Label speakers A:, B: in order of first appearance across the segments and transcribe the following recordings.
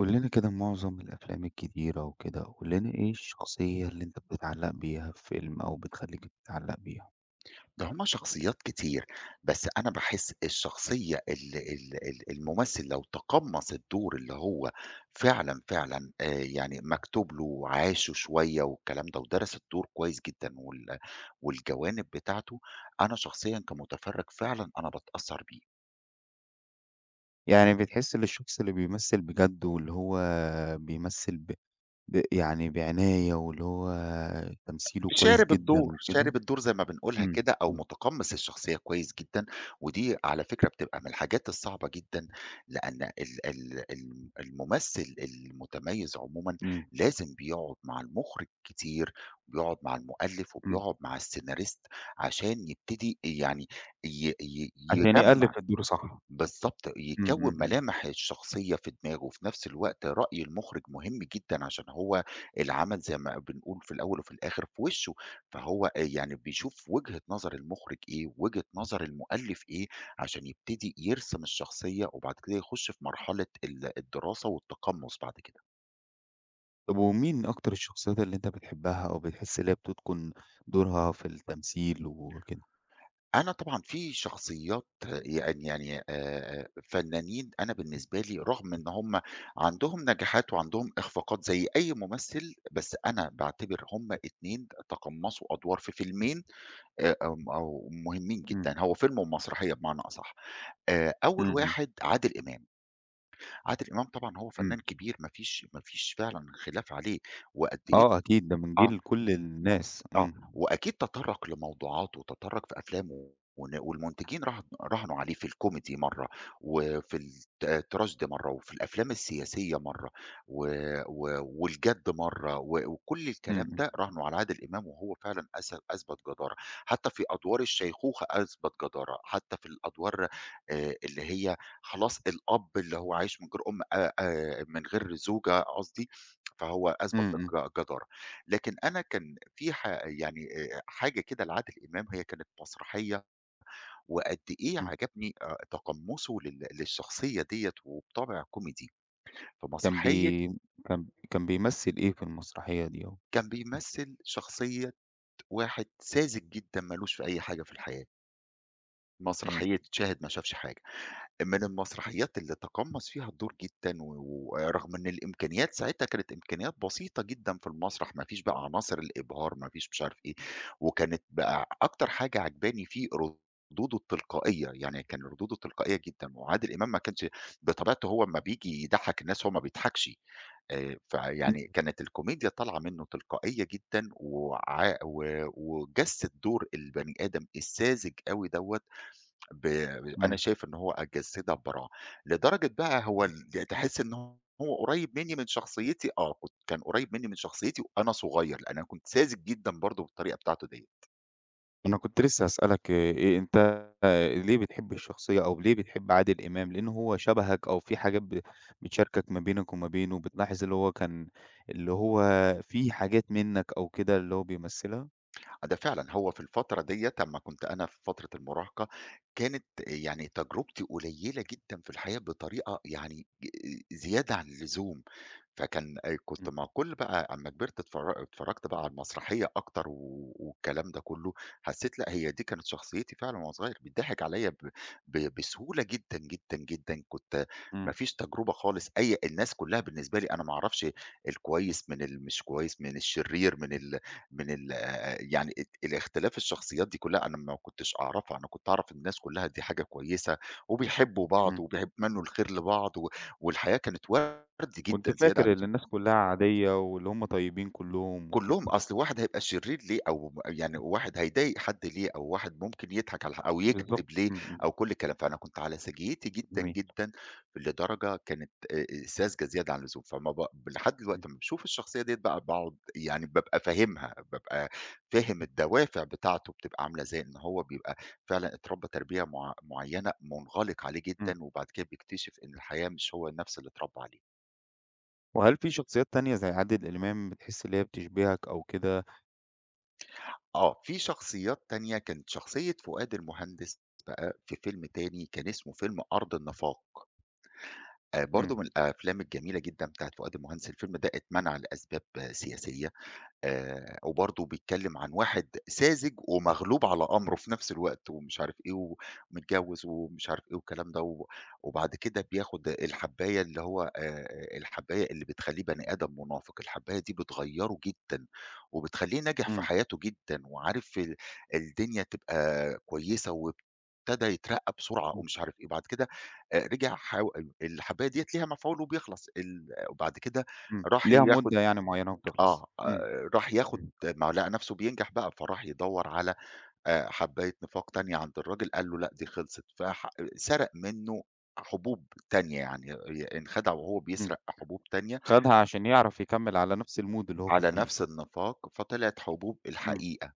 A: قُل لنا كده معظم الأفلام الكتيرة وكده، قُل لنا إيه الشخصية اللي أنت بتتعلّق بيها في فيلم أو بتخلّيك تتعلّق بيها؟
B: ده هُم شخصيات كتير، بس أنا باحس الشخصية ال ال ال الممثل لو تقمّص الدور اللي هو فعلًا، فعلًا يعني مكتوب له وعاشه شوية والكلام ده ودَرَس الدور كويس جدًا والجوانب بتاعته، أنا شخصيًا كمُتفرّج فعلًا أنا باتأثّر بيه.
A: يعني بتحس إن الشخص اللي بيمثّل بجد واللي هو بيمثّل ب يعني بعناية واللي هو تمثيله كويس
B: شارب
A: جدًا
B: الدور،
A: وكده.
B: شارب الدور زي ما بنقولها
A: إمم،
B: كده أو
A: إمم،
B: متقمّص الشخصية كويس جدًا، ودي على فكرة بتبقى من الحاجات الصعبة جدًا، لأن ال ال الم الممثل المتميز عمومًا
A: إمم،
B: لازم بيقعد مع المُخرج كتير، وبيقعد مع المؤلف،
A: إمم.
B: وبيقعد مع السيناريست عشان يبتدي يعني ي ي
A: عشان
B: يجمّع
A: يألِّف الدور صح.
B: بالضبط،
A: إمم، إمم،
B: يكوّن
A: إمم.
B: ملامح الشخصية في دماغه، وفي نفس الوقت رأي المُخرج مهم جدًا عشان هو العمل زي ما بنقول في الأول وفي الآخر في وشه، فهو يعني بيشوف وجهة نظر المُخرج إيه، وجهة نظر المؤلف إيه، عشان يبتدي يرسم الشخصية، وبعد كده يخش في مرحلة الدراسة والتقمُّص بعد كده.
A: طب ومين أكتر الشخصيات اللي أنت بتحبّها أو بتحس اللي هي بتتقُن دورها في التمثيل وكده؟
B: أنا طبعًا في شخصيات يعني فنانين أنا بالنسبة لي رغم إن هم عندهم نجاحات وعندهم إخفاقات زي أي ممثل، بس أنا باعتبر هم اتنين تقمّصوا أدوار في فيلمين آمم أو مهمين
A: إمم،
B: جدًا، هو فيلم ومسرحية بمعنى أصح.
A: إمم،
B: أول
A: إمم،
B: واحد عادل إمام، عادل إمام طبعًا هو فنان
A: إمم.
B: كبير ما فيش فعلًا خلاف عليه وقد إيه
A: آه أكيد، ده من
B: آه.
A: جيل كل الناس،
B: آه،
A: إمم،
B: وأكيد تطرّق لموضوعات وتطرّق في أفلامه والمنتجين راهنوا عليه في الكوميدي مرّة، وفي التراجيدي مرّة، وفي الأفلام السياسية مرّة، و و والجَد مرّة، و وكل
A: إمم،
B: الكلام
A: إمم،
B: ده راهنوا على عادل إمام وهو فعلًا أثبت جدارة، حتى في أدوار الشيخوخة أثبت جدارة، حتى في الأدوار اللي هي خلاص الأب اللي هو عايش من غير أم من غير زوجة قصدي، فهو
A: إمم،
B: أثبت
A: إمم،
B: جدارة. لكن أنا كان في يعني حاجة كده لعادل إمام هي كانت مسرحية، وقد إيه
A: إمم.
B: عجبني تقمُّصه للشخصية ديّة وبطابع كوميدي،
A: كان
B: فمسرحية
A: بي كان كان بيمثّل إيه في المسرحية دي أهو؟
B: كان بيمثّل شخصية واحد ساذج جدًا ما لوش في أي حاجة في الحياة،
A: إمم،
B: مسرحية شاهد ما شافش حاجة. من المسرحيات اللي تقمّص فيها الدور جدًا ورغم إن الإمكانيات ساعتها كانت إمكانيات بسيطة جدًا في المسرح، ما فيش بقى عناصر الإبهار، ما فيش مش عارف إيه، وكانت بقى أكتر حاجة عاجباني فيه ردوده التلقائية، يعني كان ردوده تلقائية جدًا وعادل إمام ما كانش بطبيعته هو أمّا بييجي يضحّك الناس هو ما بيضحكش،
A: إمم،
B: فيعني كانت الكوميديا طالعة منه تلقائية جدًا وع و وجَسّد دور البني آدم الساذج أوي دوّة ب أنا
A: إمم.
B: شايف إن هو أجسّدها ببراعة، لدرجة بقى هو تحس إن هو قريّب منّي من شخصيتي آه، كان قريّب منّي من شخصيتي وأنا صغير، لإن أنا كنت ساذج جدًا برضه بالطريقة بتاعته ديّة.
A: أنا كنت لسه هاسألك إيه أنت. آه، ليه بتحب الشخصية أو ليه بتحب عادل إمام؟ لإنه هو شبهك أو في حاجات بتشاركك ما بينك وما بينه، بتلاحظ اللي هو في حاجات منّك أو كده اللي هو بيمثّلها؟
B: آه، ده فعلًا، هو في الفترة ديّة أمّا كنت أنا في فترة المراهقة، كانت يعني تجربتي قليّلة جدًا في الحياة بطريقة يعني زيادة عن اللزوم، فكان كنت
A: إمم،
B: مع كل بقى أمّا كبرت اتفرّجت بقى على المسرحية أكتر والكلام ده كلّه، حسّيت لأ، هي دي كانت شخصيتي فعلًا وأنا صغير، بيتضحك عليّا ب ب بسهولة جدًا، جدًا، جدًا، كنت ما
A: إمم،
B: فيش تجربة خالص أي الناس كلّها بالنسبة لي أنا ما أعرفش الكويس من المش كويس، من الشرير، من ال من ال يعني الاختلاف الشخصيات دي كلّها أنا ما كنتش أعرفها، أنا كنت أعرف إن الناس كلّها دي حاجة كويسة وبيحبّوا بعض
A: إمم.
B: وبيتمنّوا الخير لبعض والحياة كانت وَرْد
A: كنت
B: جدًا زيادة عن
A: فاكر اللي
B: اللزوم.
A: الناس كلّها عادية واللي هُم طيبين كلّهم وكده.
B: كلّهم، أصل واحد هيبقى شرير ليه أو يعني واحد هيضايق حد ليه أو واحد ممكن يضحك على أو
A: بالضبط،
B: يكدب ليه
A: إمم، إمم.
B: أو كل الكلام، فأنا كنت على سجيتي جدًا،
A: جميل،
B: جدًا لدرجة كانت ساذجة زيادة عن اللزوم، فما ب لحد
A: إمم،
B: دلوقتي أمّا باشوف الشخصية ديّة بقى باقعد يعني بابقى فاهمها، بابقى فاهم الدوافع بتاعته بتبقى عاملة إزاي، إن هو بيبقى فعلًا اتربى تربية معيّنة منغلق عليه
A: إمم.
B: جدًا وبعد كده بيكتشف إن الحياة مش هو نفس اللي اتربى عليها.
A: وهل في شخصيات تانية زي عادل إمام بتحس اللي هي بتشبهك أو كده؟
B: آه، في شخصيات تانية كانت شخصية فؤاد المهندس بقى في فيلم تاني كان اسمه فيلم أرض النفاق، برضه
A: إمم،
B: من الأفلام الجميلة جدًا بتاعة فؤاد المهندس، الفيلم ده اتمنع لأسباب آه، سياسية. وبرضه بيتكلم عن واحد ساذج ومغلوب على أمره في نفس الوقت ومش عارف إيه، ومتجوز ومش عارف إيه والكلام ده، وبعد كده بياخد الحبّاية اللي هو الحبّاية اللي بتخلّيه بني آدم منافق، الحبّاية دي بتغيّره جدًا، وبتخلّيه ناجح في
A: إمم،
B: حياته جدًا، وعارف الدنيا تبقى كويسة، وابتدى يترقّى بسرعة
A: إمم،
B: ومش عارف إيه، بعد كده رجع حاو الحبّاية ديّة ليها مفعول وبيخلص، وبعد كده
A: إمم،
B: راح
A: ليها
B: ياخد
A: مدة يعني معيّنة وبتخلص.
B: آه،
A: إمم،
B: راح ياخد
A: إمم،
B: ما هو لقى نَفْسه بينجح بقى، فراح يدوّر على حبّاية نفاق تانية عند الراجل، قال له: "لأ دي خلصت." سرق منّه حبوب تانية، يعني انخدع وهو
A: إمم.
B: بيسرق حبوب تانية
A: خدها عشان يعرف يكمّل على نفس الmood اللي هو كان
B: على
A: فيه.
B: نَفْس النفاق، فطلعت حبوب
A: إمم،
B: الحقيقة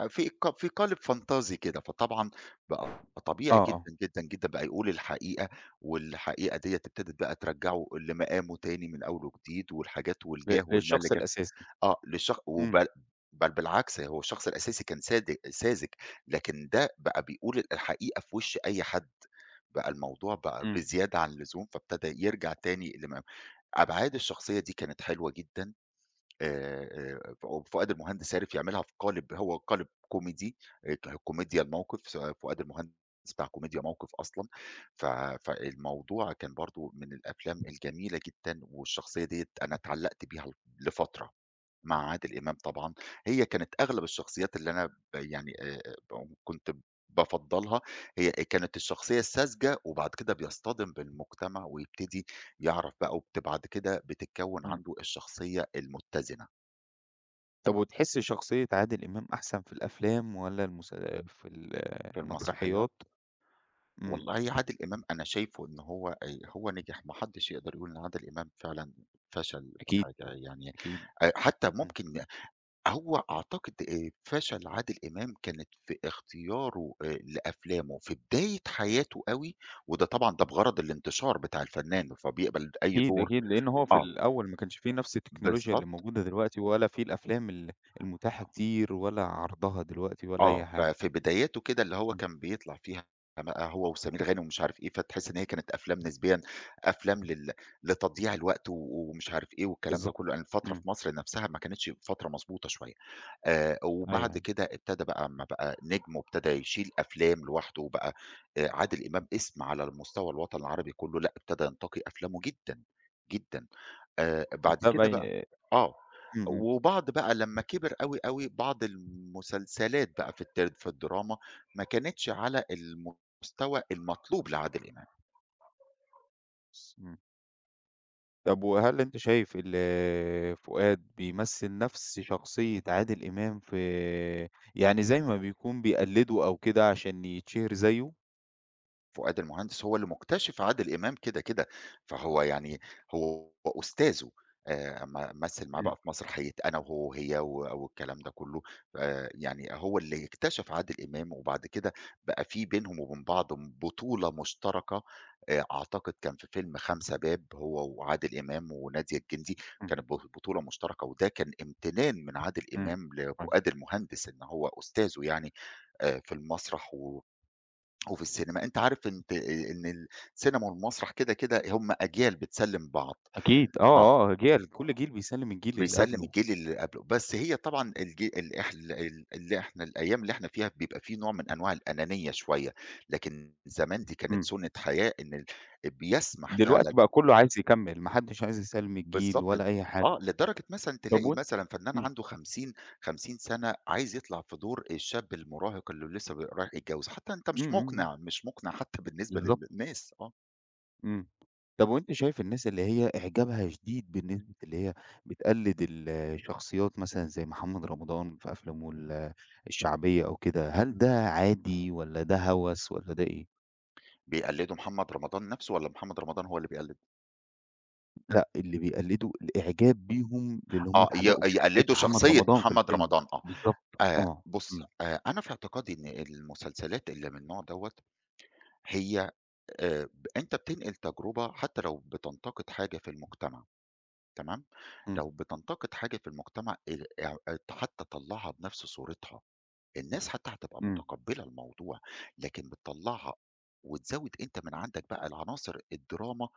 B: في ق في قالب فانتازي كده، فطبعًا بقى طبيعي
A: آه، آه،
B: جدًا، جدًا، جدًا بقى يقول الحقيقة، والحقيقة ديّة ابتدت بقى ترجّعه لمقامه تاني من أول وجديد، والحاجات والجاه والمال اللي
A: للشخص
B: جه
A: الأساسي.
B: آه، للشخ
A: إمم،
B: وبل بل بالعكس هو الشخص الأساسي كان ساذج، لكن ده بقى بيقول الحقيقة في وش أي حد، بقى الموضوع بقى
A: إمم،
B: بزيادة عن اللزوم، فابتدى يرجع تاني لم أبعاد الشخصية دي كانت حلوة جدًا، آآ، ف فؤاد المهندس عرف يعملها في قالب هو قالب كوميدي، ك كوميديا الموقف فؤاد المهندس بتاع كوميديا موقف أصلًا، ف فالموضوع كان برضه من الأفلام الجميلة جدًا، والشخصية ديّة أنا اتعلقت بيها لفترة. مع عادل إمام طبعًا، هي كانت أغلب الشخصيات اللي أنا يعني ب كنت بافضّلها، هي كانت الشخصية الساذجة وبعد كده بيصطدم بالمجتمع ويبتدي يعرف بقى بعد كده بتتكوّن
A: إمم.
B: عنده الشخصية المتزنة.
A: طب وتحس شخصية عادل إمام أحسن في الأفلام والّا في
B: في المسرحيات
A: المسرحيات؟ إمم،
B: والله عادل إمام أنا شايفه إن هو نجح، ما حدّش يقدر يقول إن عادل إمام فعلًا فشل في
A: أكيد،
B: حاجة يعني،
A: أكيد،
B: حتى
A: إمم.
B: ممكن هو أعتقد فشل عادل إمام كانت في اختياره لأفلامه في بداية حياته أوي، وده طبعًا ده بغرض الانتشار بتاع الفنان، فبيقبل أي
A: أكيد،
B: دور
A: أكيد، لإن هو في
B: آه،
A: الأول ما كانش في نفس التكنولوجيا اللي
B: بالضبط
A: موجودة دلوقتي، ولا في الأفلام المتاحة كتير، ولا عرضها دلوقتي ولا
B: آه،
A: أي حاجة.
B: ففي بداياته كده اللي هو
A: إمم،
B: كان بيطلع فيها بقى هو وسمير غانم ومش عارف إيه، فتحس إن هي كانت أفلام نسبيًا أفلام لتضييع الوقت ومش عارف إيه والكلام ده
A: بالضبط،
B: كله، لأن الفترة
A: إمم،
B: في مصر نفسها ما كانتش فترة مضبوطة شوية.
A: أيوه،
B: وبعد
A: أيوه.
B: كده ابتدى بقى أمّا بقى نجم وابتدى يشيل أفلام لوحده وبقى عادل إمام اسم على مستوى الوطن العربي كُلّه، لأ ابتدى ينتقي أفلامه جدًا، جدًا. بعد
A: أنت
B: كده بقى
A: باي
B: آه.
A: إمم، إمم،
B: وبعض بقى لمّا كِبِر أوي، أوي، بعض المسلسلات بقى في التر في الدراما ما كانتش على المستوى المطلوب لعادل إمام.
A: إمم. طب وهل أنت شايف فؤاد بيمثّل نفس شخصية عادل إمام في يعني زي ما بيكون بيقلده أو كده عشان يتشهر زيه؟
B: فؤاد المهندس هو اللي مكتشف عادل إمام كده، كده، فهو يعني هو أستاذه م مثل معاه بقى
A: إمم،
B: في مسرحية أنا وهو وهي والكلام ده كله، يعني هو اللي اكتشف عادل إمام، وبعد كده بقى في بينهم وبين بعض بطولة مشتركة أعتقد كان في فيلم 5 باب هو وعادل إمام ونادية الجندي،
A: إمم،
B: كانت بطولة مشتركة، وده كان امتنان من عادل
A: إمم،
B: إمام
A: كويس،
B: لفؤاد المهندس إن هو أستاذه يعني في المسرح وفي السينما، أنت عارف أنت إن السينما والمسرح كده، كده هم أجيال بتسلِّم بعض،
A: أكيد،
B: آه،
A: آه، آه، أجيال كل جيل بيسلّم الجيل اللي
B: بيسلِّم
A: قبله.
B: الجيل اللي قبله، بس هي طبعًا الج ال إح ال ال اللي إحنا الأيام اللي إحنا فيها بيبقى في نوع من أنواع الأنانية شوية، لكن زمان دي كانت
A: إمم.
B: سُنّة حياة إن بيسمح
A: دلوقتي
B: فعلًا
A: بقى كله عايز يكمّل، ما حدش عايز يسلّم الجيل
B: بالضبط
A: ولا أي حاجة.
B: آه، لدرجة مثلًا
A: طب
B: تلاقي
A: وأن
B: مثلًا فنان
A: إمم،
B: عنده 50 سَنة عايز يطلع في دور الشاب المراهق اللي لسه رايح يتجوّز، حتى أنت
A: إمم،
B: مش
A: إمم، إمم،
B: مُقنع، مش مُقنع حتى بالنسبة
A: بالضبط،
B: للناس، آه.
A: إمم. طب وأنت شايف الناس اللي هي إعجابها شديد بالنسبة اللي هي بتقلد الشخصيات مثلًا زي محمد رمضان في أفلامه الشعبية أو كده، هل ده عادي والّا ده هوس والّا ده إيه؟
B: بيقلّدوا محمد رمضان نَفْسه والّا محمد رمضان هو اللي بيقلّده؟
A: لأ، اللي بيقلدوا الإعجاب بيهم للي هم
B: آه،
A: اتعلقوا بشخصية
B: يقلّدوا
A: محمد
B: شخصية
A: رمضان في
B: محمد
A: الفيلم.
B: رمضان آه.
A: بالضبط، آه،
B: بُص،
A: إمم،
B: أنا في اعتقادي إن المسلسلات اللي من النوع دوّة هي ب أنت بتنقل تجربة حتّى لو بتنتقد حاجة في المجتمع تمام،
A: إمم،
B: لو بتنتقد حاجة في المجتمع ال اع ت حتّى طلّعها بنَفْس صورتها، الناس حتّى هتبقى
A: إمم،
B: متقبّلة الموضوع، لكن بتطلّعها وتزوّد أنت من عندك بقى العناصر الدراما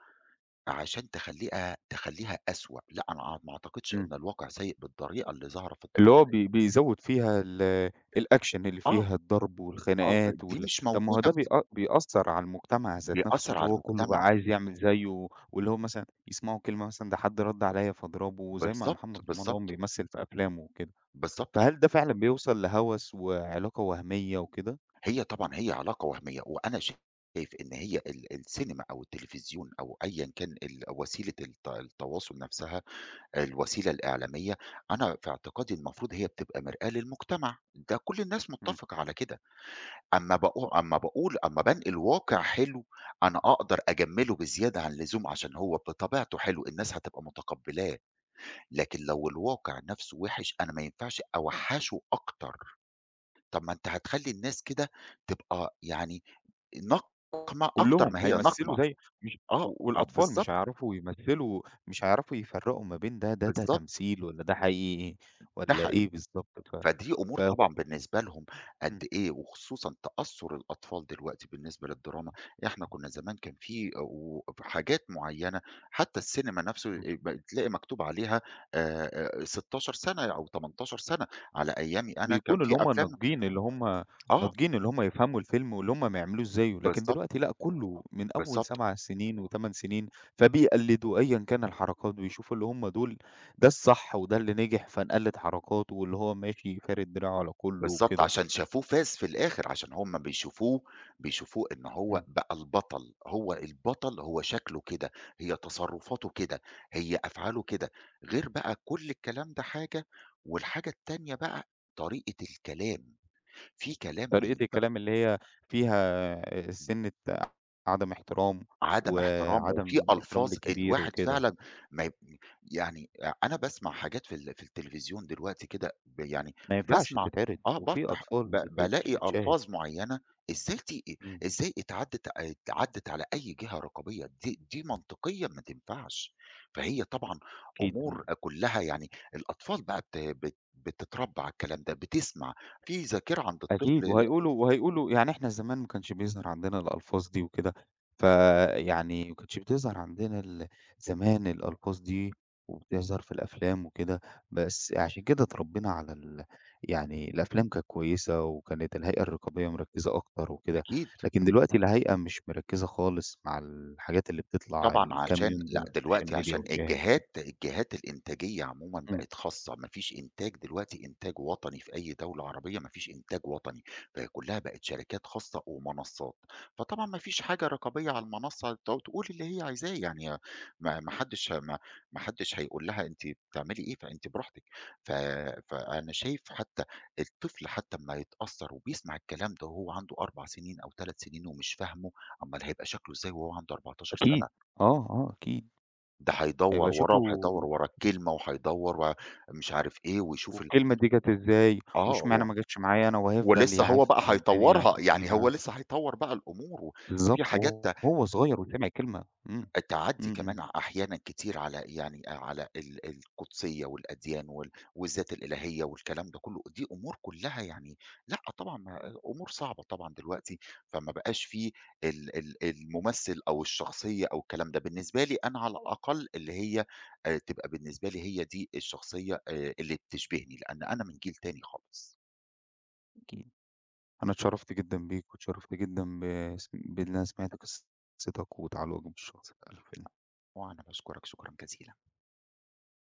B: عشان تخلّيها أسوأ، لأ أنا ما أعتقدش
A: إمم.
B: إن الواقع سيء بالطريقة اللي ظاهرة في
A: اللي
B: الدراما
A: هو
B: ديّة.
A: بيزوّد فيها الأكشن اللي
B: آه،
A: فيها الضرب
B: آه،
A: والخناقات
B: دي
A: وال.
B: مش
A: طب ما هو
B: موجودة
A: ده بيأثّر على المجتمع ذات نَفْسه،
B: بيأثّر
A: اللي
B: على
A: هو كُلّه بقى
B: المجتمع،
A: عايز يعمل زيّه، واللي هو مثلًا يسمعوا كلمة مثلًا ده حد رَد عليّا فاضربه، زي ما
B: بالضبط،
A: محمد رمضان
B: بالضبط،
A: بيمثّل في أفلامه وكده.
B: بالضبط.
A: فهل ده فعلًا بيوصل لهَوَس وعلاقة وهمية وكده؟
B: هي طبعًا هي علاقة وهمية، وأنا شايف إن هي السينما أو التلفزيون أو أيًا كان وسيلة التواصل نَفْسها، الوسيلة الإعلامية، أنا في اعتقادي المفروض هي بتبقى مرآة للمجتمع، ده كل الناس
A: إمم،
B: متّفقة على كده. أمّا باقو أمّا باقول أمّا بانقل واقع حلو، أنا أقدر أجمّله بزيادة عن اللزوم عشان هو بطبيعته حلو، الناس هتبقى متقبّلاه، لكن لو الواقع نَفْسه وِحِش أنا ما ينفعش أوحّشه أكتر، طَب ما أنت هتخلّي الناس كده تبقى يعني نقمة أكتر
A: كُلّهم
B: ما هي
A: هيمثّلوا
B: نقمة،
A: زي. مش
B: آه،
A: و
B: آه
A: والأطفال مش
B: بالضبط،
A: هيعرفوا يمثّلوا، مش هيعرفوا يفرّقوا ما بين ده
B: بالضبط،
A: تمثيل والّا ده حقيقي
B: ده
A: والّا
B: حقيقي.
A: إيه بالضبط. ف
B: فدي أمور
A: فهو
B: طبعًا بالنسبة لهم قد
A: إمم،
B: إيه، وخصوصًا تأثُّر الأطفال دلوقتي بالنسبة للدراما، إحنا كُنّا زمان كان في حاجات معيّنة حتى السينما نَفْسه
A: إمم.
B: ب تلاقي مكتوب عليها 16 سَنة أو 18 سَنة، على أيامي أنا كان
A: بيكونوا
B: في
A: اللي هُم
B: أفلام
A: الناضجين، اللي هُم
B: آه،
A: ناضجين، اللي هُم يفهموا الفيلم واللي هُم ما يعملوش زيه، لكن
B: بالضبط،
A: دلوقتي لأ، كُلّه من أول
B: بالضبط.
A: 7 سنين و8 سنين، فبيقلدوا أيًا كان الحركات ويشوفوا اللي هُم دول ده الصح وده اللي نجح فنقلد حركاته واللي هو ماشي فارد دراعه على كُلّه
B: بالضبط،
A: وكده.
B: عشان شافوه فاز في الآخر، عشان هُم بيشوفوه إن هو
A: إمم.
B: بقى البطل، هو البطل هو شكله كده، هي تصرفاته كده، هي أفعاله كده، غير بقى كل الكلام ده حاجة، والحاجة التانية بقى طريقة الكلام، في كلام
A: طريقة الكلام اللي هي فيها سِنّة عدم احترام،
B: عدم احترام، وفي
A: وعدم احترام
B: ألفاظ
A: للكبير
B: الواحد
A: وكده،
B: فعلًا ما ي يعني أنا باسمع حاجات في التلفزيون دلوقتي كده يعني
A: ما ينفعش
B: باسمع
A: تتعرض
B: آه،
A: وفي
B: بافتح
A: أطفال
B: ب بالاقي
A: بتشاهد.
B: ألفاظ معيّنة إزاي ت
A: إمم،
B: إزاي اتعدِّت على أي جهة رقابية، دي منطقيًا ما تنفعش، فهي طبعًا
A: أكيد، إمم.
B: أمور كلّها يعني الأطفال بقى بت بت بتتربى على الكلام ده، بتسمع، في ذاكرة عند
A: أكيد،
B: الطفل
A: وهيقولوا يعني إحنا زمان ما كانش بيظهر عندنا الألفاظ دي وكده، فيعني ما كانتش بتظهر عندنا زمان الألفاظ دي، وبتظهر في الأفلام وكده، بس عشان كده اتربينا على يعني الأفلام كانت كويسة، وكانت الهيئة الرقابية مركزة أكتر وكده،
B: أكيد.
A: لكن دلوقتي الهيئة مش مركزة خالص مع الحاجات اللي بتطلع
B: طبعًا
A: الكام
B: عشان
A: يوم دول
B: لأ،
A: على السوشيال
B: دلوقتي
A: ميديا
B: عشان
A: والجهاز.
B: الجهات الإنتاجية عمومًا
A: إمم،
B: بقت خاصة، ما فيش إنتاج دلوقتي إنتاج وطني في أي دولة عربية ما فيش إنتاج وطني، فهي كلّها بقت شركات خاصة ومنصات، فطبعًا ما فيش حاجة رقابية على المنصة تقول اللي هي عايزاه، يعني ما ما حدش ما ما حدش هيقول لها أنتِ بتعملي إيه، فأنتِ براحتك. ف فأنا شايف حتى الطفل حتى أمّا يتأثّر وبيسمع الكلام ده وهو عنده 4 سنين أو 3 سنين ومش فاهمه، أمّال هيبقى شكله إزاي وهو عنده 14
A: أكيد،
B: سنة؟
A: آه، آه، أكيد.
B: ده هيدوّر
A: هيبقى شكله
B: وراه، وهيدوّر ورا الكلمة، وهيدوّر ورا مش عارف إيه، ويشوف
A: والكلمة دي جات إزاي،
B: آه،
A: واشمعنى ما جاتش معايا أنا وهيفضل
B: ولسه هو
A: يعافر
B: بقى
A: مع الدنيا
B: هيطوّرها،
A: عشان تيجي
B: يعني هو
A: معاه.
B: لسه هيطوّر بقى الأمور،
A: بالضبط،
B: وفي حاجات
A: وهو صغير وسمع كلمة، إمم،
B: التعدّي
A: إمم،
B: كمان
A: إمم،
B: أحيانًا كتير على يعني على القُدسيّة والأديان والذات الإلهية والكلام ده كُلّه، دي أمور كُلّها يعني لأ طبعًا ما أمور صعبة طبعًا دلوقتي، فما بقاش في ال ال الممثّل أو الشخصية أو الكلام ده، بالنسبة لي أنا على الأقل اللي هي تبقى بالنسبة لي هي دي الشخصية اللي بتشبهني، لإن أنا من جيل تاني خالص.
A: أكيد. أنا اتشرفت جدًا بيك واتشرفت جدًا بس بإن أنا سمعت قصتك وتعلقك بالشخص ده، ألف
B: وأنا باشكرك شكرًا جزيلًا.